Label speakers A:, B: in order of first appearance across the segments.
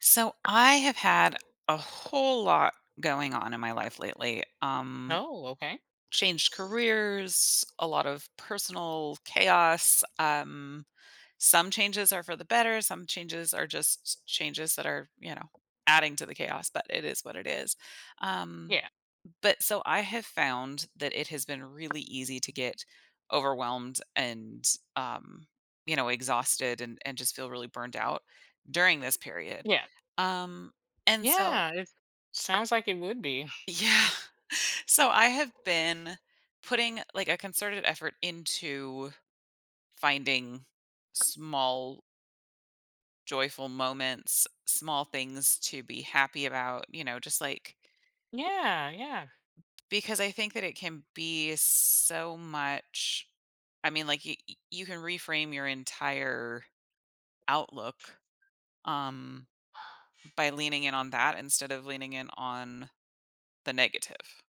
A: So I have had a whole lot going on in my life lately.
B: Oh, okay.
A: Changed careers, a lot of personal chaos. Some changes are for the better, some changes are just changes that are, you know, adding to the chaos, but it is what it is. Um,
B: Yeah.
A: but so I have found that it has been really easy to get overwhelmed and, um, exhausted and just feel really burned out during this period.
B: Yeah.
A: Um, and so
B: Yeah. It sounds like it would be.
A: yeah. So I have been putting like a concerted effort into finding small joyful moments, small things to be happy about, you know, just like.
B: Yeah. Yeah.
A: Because I think that it can be so much. I mean, like, you can reframe your entire outlook, um, by leaning in on that instead of leaning in on the negative.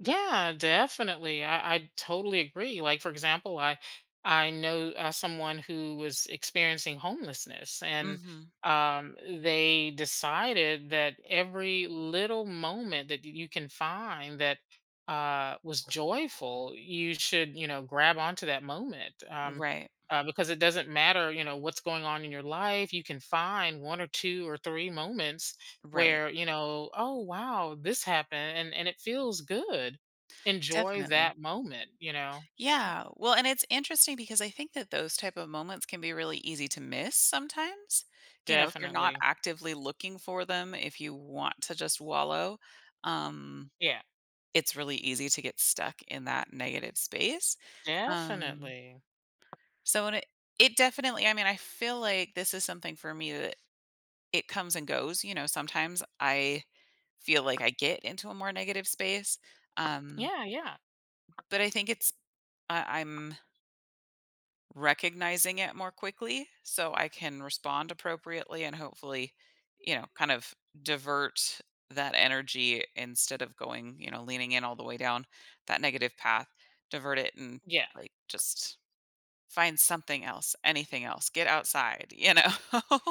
B: Yeah, definitely. I totally agree. Like for example, I know someone who was experiencing homelessness, and
A: Mhm.
B: they decided that every little moment that you can find that was joyful, you should grab onto that moment.
A: Right.
B: Because it doesn't matter, you know, what's going on in your life. You can find one or two or three moments
A: Right.
B: where you know, oh wow, this happened, and it feels good, enjoy
A: Definitely.
B: that moment, you know. Yeah.
A: Yeah. Well, and it's interesting because I think that those type of moments can be really easy to miss sometimes. You know, if you're not
B: Definitely.
A: actively looking for them, if you want to just wallow, um
B: Yeah.
A: it's really easy to get stuck in that negative space. Um,
B: Definitely.
A: so and it definitely. I mean, I feel like this is something for me that it comes and goes, you know, sometimes I feel like I get into a more negative space. Um,
B: Yeah, yeah,
A: but I think it's I I'm recognizing it more quickly so I can respond appropriately and hopefully, you know, kind of divert that energy instead of going, you know, leaning in all the way down that negative path, divert it and
B: yeah.
A: like just find something else, anything else, get outside, you know?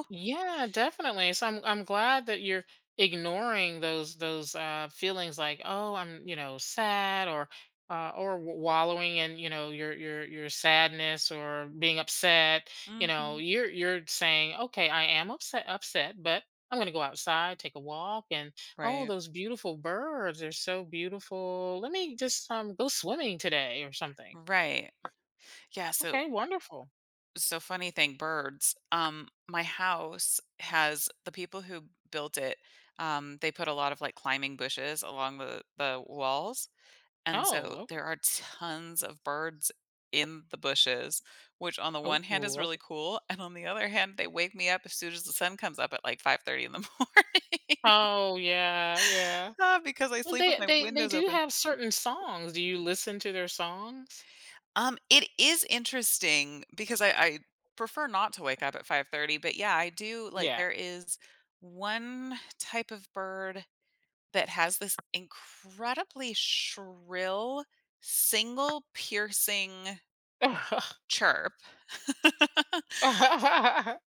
B: Yeah, definitely. So I'm glad that you're ignoring those feelings like, oh, I'm, you know, sad or or wallowing in, you know, your sadness or being upset. You know,
A: Hmm.
B: you're saying, okay, I am upset, but I'm going to go outside, take a walk, and oh,
A: Right.
B: those beautiful birds are so beautiful. Let me just go swimming today or something.
A: Right. Yeah. So
B: Okay, wonderful.
A: funny thing, birds. My house has, the people who built it, they put a lot of like climbing bushes along the walls, and so
B: Oh, okay.
A: there are tons of birds in the bushes, which on the one
B: Oh,
A: hand is
B: ooh,
A: really
B: okay.
A: cool and on the other hand they wake me up as soon as the sun comes up at like 5:30 in the morning.
B: Oh yeah, yeah.
A: Ah, because I
B: Well,
A: sleep with
B: they
A: my
B: they they
A: windows
B: do
A: open.
B: have certain songs. Do you listen to their songs?
A: It is interesting because I prefer not to wake up at 5:30, but yeah, I do. Like,
B: Yeah.
A: there is one type of bird that has this incredibly shrill, single piercing chirp.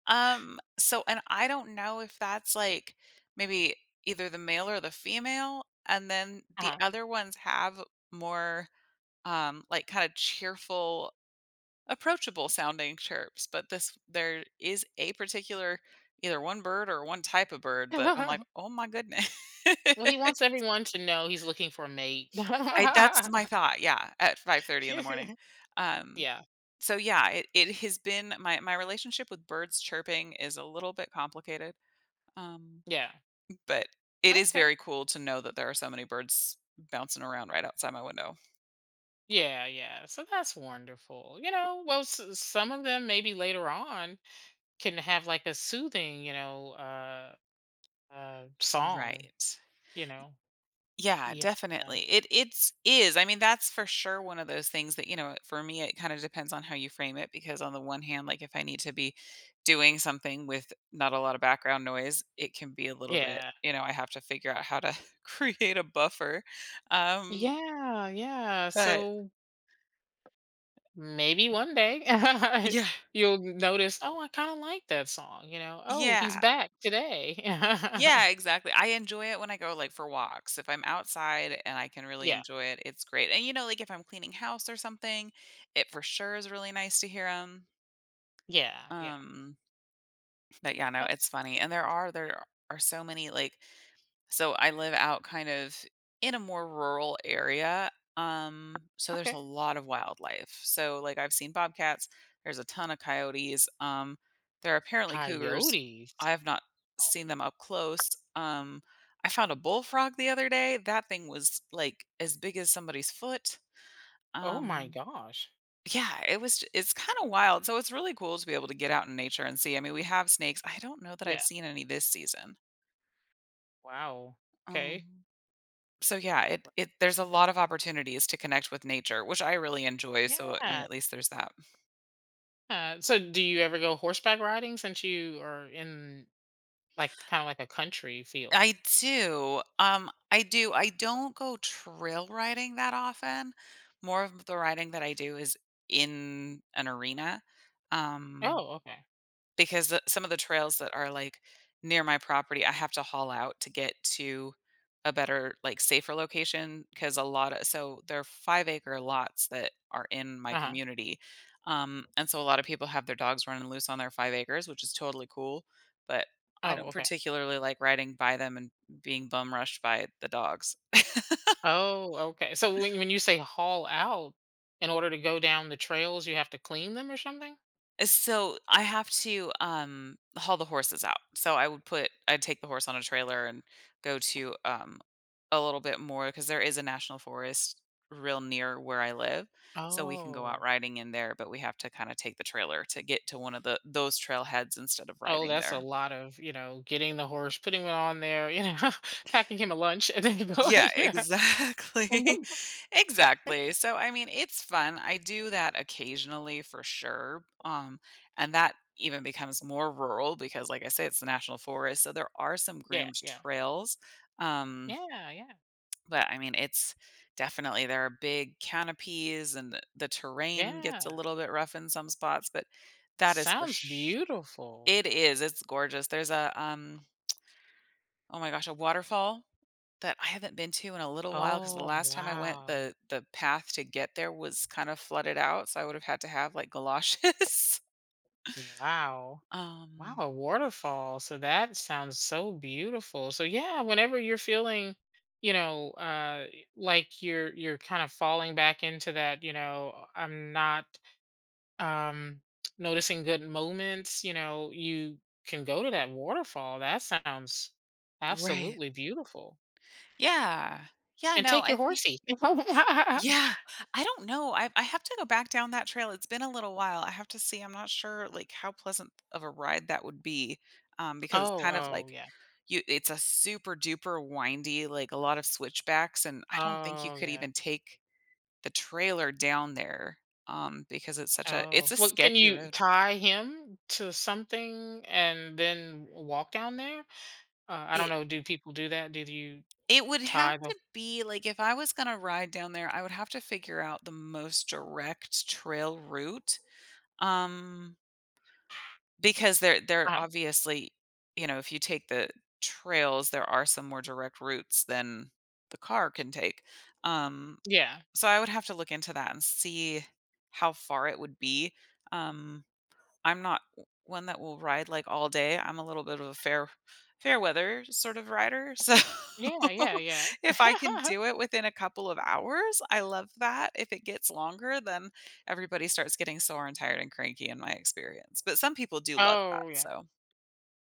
A: So and I don't know if that's like maybe either the male or the female, and then the
B: Uh-huh.
A: other ones have more, like, kinda cheerful, approachable sounding chirps, but this there is a particular either one bird or one type of bird that I'm like, "Oh my goodness."
B: Well, he wants everyone to know he's looking for a mate.
A: I That's my thought, yeah, at 5:30 in the morning. Um,
B: Yeah,
A: so yeah, it has been my relationship with birds chirping is a little bit complicated, um,
B: yeah.
A: but it is
B: Okay.
A: very cool to know that there are so many birds bouncing around right outside my window.
B: Yeah, yeah. So that's wonderful. You know, well, s some of them maybe later on can have like a soothing, you know, song,
A: Right.
B: you know?
A: Yeah,
B: Yeah.
A: definitely. It's is. I mean, that's for sure one of those things that, you know, for me it kind of depends on how you frame it because on the one hand, like if I need to be doing something with not a lot of background noise, it can be a little bit,
B: Yeah.
A: you know, I have to figure out how to create a buffer. Um,
B: Yeah, yeah.
A: but
B: So maybe one day
A: yeah.
B: you'll notice, "Oh, I kinda like that song," you know? "Oh, he's
A: Yeah.
B: back today."
A: Yeah, exactly. I enjoy it when I go like for walks. If I'm outside and I can really
B: Yeah,
A: enjoy it, it's great. And you know, like if I'm cleaning house or something, it for sure is really nice to hear them.
B: yeah, yeah.
A: Um But yeah, no,
B: Oh,
A: it's
B: that's
A: funny. And there are so many, like, so I live out kind of in a more rural area. So there's
B: okay.
A: a lot of wildlife. So like I've seen bobcats, there's a ton of coyotes. There are apparently cougars. I
B: Coyotes.
A: have not
B: Oh,
A: seen them up close. Um, I found a bullfrog the other day. That thing was like as big as somebody's foot.
B: oh my
A: Um,
B: gosh.
A: yeah, it's kinda wild, so it's really cool to be able to get out in nature and see, I mean, we have snakes, I don't know that I've
B: Yeah.
A: seen any this season.
B: Wow. Okay.
A: Um, so yeah, it there's a lot of opportunities to connect with nature, which I really enjoy, so, I mean,
B: Yeah.
A: at least there's that.
B: So do you ever go horseback riding since you are in, like, kinda like a country feel?
A: I don't go trail riding that often, more of the riding that I do is in an arena, um
B: Oh, okay.
A: because the some of the trails that are, like, near my property, I have to haul out to get to a better, like, safer location. Because a lot of, so there are five-acre lots that are in my
B: Uh-huh.
A: community, and so a lot of people have their dogs running loose on their 5 acres, which is totally cool, but I
B: Oh,
A: don't
B: okay.
A: particularly like riding by them and being bum rushed by the dogs.
B: Oh, okay. So when you say haul out, in order to go down the trails, you have to clean them or something?
A: So I have to haul the horses out. So I would put I'd take the horse on a trailer and go to, a little bit more, because there is a national forest real near where I live. So we can go out
B: Oh.
A: riding in there, but we have to kind of take the trailer to get to one of the those trailheads instead of
B: Oh,
A: riding
B: that's a
A: there.
B: lot of, you know, getting the horse, putting it on there, you know, packing him a lunch and then
A: Yeah,
B: going. Yeah.
A: exactly. Exactly. So, I mean, it's fun. I do that occasionally for sure. And that even becomes more rural because, like I say, it's the national forest. So there are some
B: Yeah.
A: groomed
B: Yeah.
A: trails. Um,
B: Yeah. Yeah.
A: but I mean, it's definitely there are big canopies and the terrain gets a
B: Yeah.
A: little bit rough in some spots, but that is
B: Sounds beautiful.
A: it is. It's gorgeous. There's a oh my gosh, a waterfall that I haven't been to in a little while because the
B: Oh,
A: last time I went,
B: wow.
A: the path to get there was kind of flooded out, so I would have had to have like galoshes.
B: Wow. Wow,
A: um,
B: a waterfall. So that sounds so beautiful. So yeah, whenever you're feeling, you know, like you're kind of falling back into that, you know, I'm not um noticing good moments, you know, you can go to that waterfall. That sounds
A: right?
B: absolutely beautiful.
A: Yeah, yeah.
B: And
A: No,
B: take
A: I
B: your
A: think.
B: horsey.
A: Yeah, I don't know. I have to go back down that trail. It's been a little while. I have to see. I'm not sure like how pleasant of a ride that would be, because it's
B: Oh,
A: kind of
B: oh
A: like
B: yeah.
A: you. It's a super duper windy, like a lot of switchbacks, and I don't think you
B: Oh
A: could
B: yeah.
A: even take the trailer down there, because it's
B: Oh,
A: a
B: well, can
A: sketchy
B: you
A: road.
B: tie him to something and then walk down there? I don't
A: It
B: know, do people do that? Did you
A: it would have
B: tie the
A: to be, like, if I was gonna ride down there, I would have to figure out the most direct trail route, um, because there
B: uh
A: obviously, you know, if you take the trails, there are some more direct routes than the car can take, um,
B: Yeah.
A: so I would have to look into that and see how far it would be, um I'm not one that will ride like all day. I'm a little bit of a fair weather sort of rider. So
B: Yeah, yeah, yeah.
A: if I can do it within a couple of hours, I love that. If it gets longer, then everybody starts getting sore and tired and cranky in my experience. But some people do love that.
B: Oh, yeah.
A: So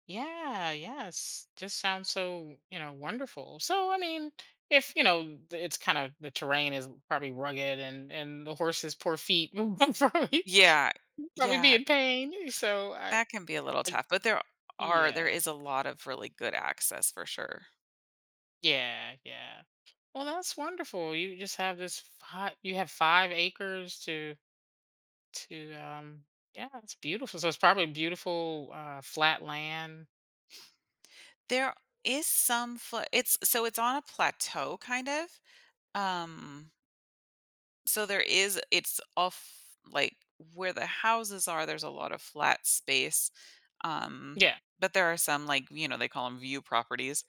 B: Yeah, yes. Just sounds so, you know, wonderful. So, I mean, if, you know, it's kind of, the terrain is probably rugged and the horse's poor feet will
A: yeah,
B: probably be
A: yeah,
B: in pain. So, I,
A: that can be a little
B: I
A: tough. But there
B: yeah.
A: is a lot of really good access for sure.
B: Yeah, yeah. Well, that's wonderful. You just have this you have 5 acres to to um yeah it's beautiful, so it's probably beautiful flat land.
A: There is it's on a plateau kind of. Um So there is it's off like where the houses are, there's a lot of flat space. Um,
B: Yeah,
A: but there are some like, you know, they call them view properties.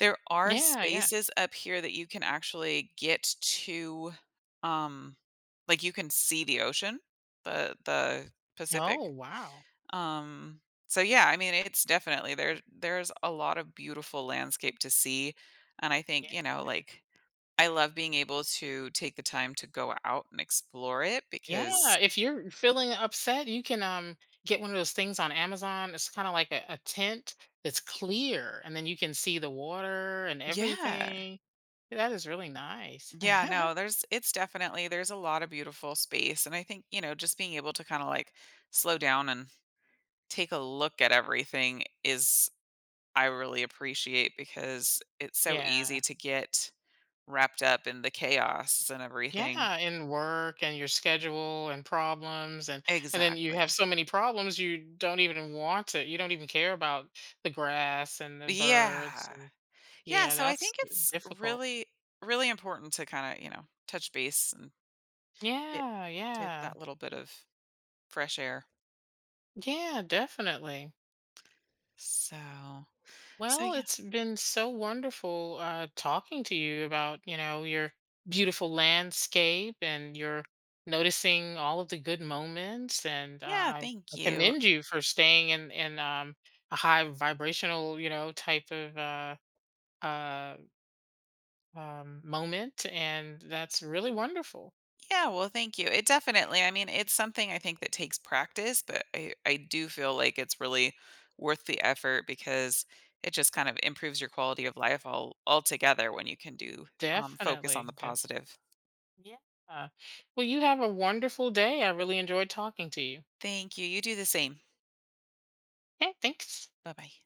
A: There are
B: yeah, yeah.
A: spaces up here that you can actually get to, um like you can see the ocean, the Pacific.
B: Oh, wow.
A: Um so yeah, I mean it's definitely there's a lot of beautiful landscape to see, and I think,
B: Yeah,
A: you know, like I love being able to take the time to go out and explore it
B: yeah.
A: because
B: If you're feeling upset you can get one of those things on Amazon, it's kind of like a tent that's clear and then you can see the water and
A: yeah.
B: everything. That is really nice.
A: Yeah, no, there's it's definitely there's a lot of beautiful space and I think, you know, just being able to kind of like slow down and take a look at everything is, I really appreciate because it's so easy
B: Yeah.
A: to get wrapped up in the chaos and everything.
B: Yeah, in work and your schedule and problems, and then you
A: Exactly.
B: have so many problems you don't even want to, you don't even care about the grass and the birds,
A: Yeah.
B: and
A: Yeah,
B: yeah,
A: so I
B: that's
A: think it's
B: difficult.
A: really really important to kind of, you know, touch base and
B: Yeah,
A: get
B: yeah.
A: that little bit of fresh air.
B: Yeah, definitely.
A: So
B: Well,
A: yeah.
B: it's been so wonderful, talking to you about, you know, your beautiful landscape and your noticing all of the good moments. And
A: Yeah,
B: I,
A: thank
B: I
A: you.
B: commend you for staying in a high vibrational, you know, type of uh, moment. And that's really wonderful.
A: Yeah, well, thank you. It definitely, I mean, it's something I think that takes practice, but I do feel like it's really worth the effort because it just kind of improves your quality of life all altogether when you can do, focus on the
B: Definitely.
A: positive.
B: Yeah. Well, you have a wonderful day. I really enjoyed talking to you.
A: Thank you. You do the same.
B: Okay, thanks.
A: Bye-bye.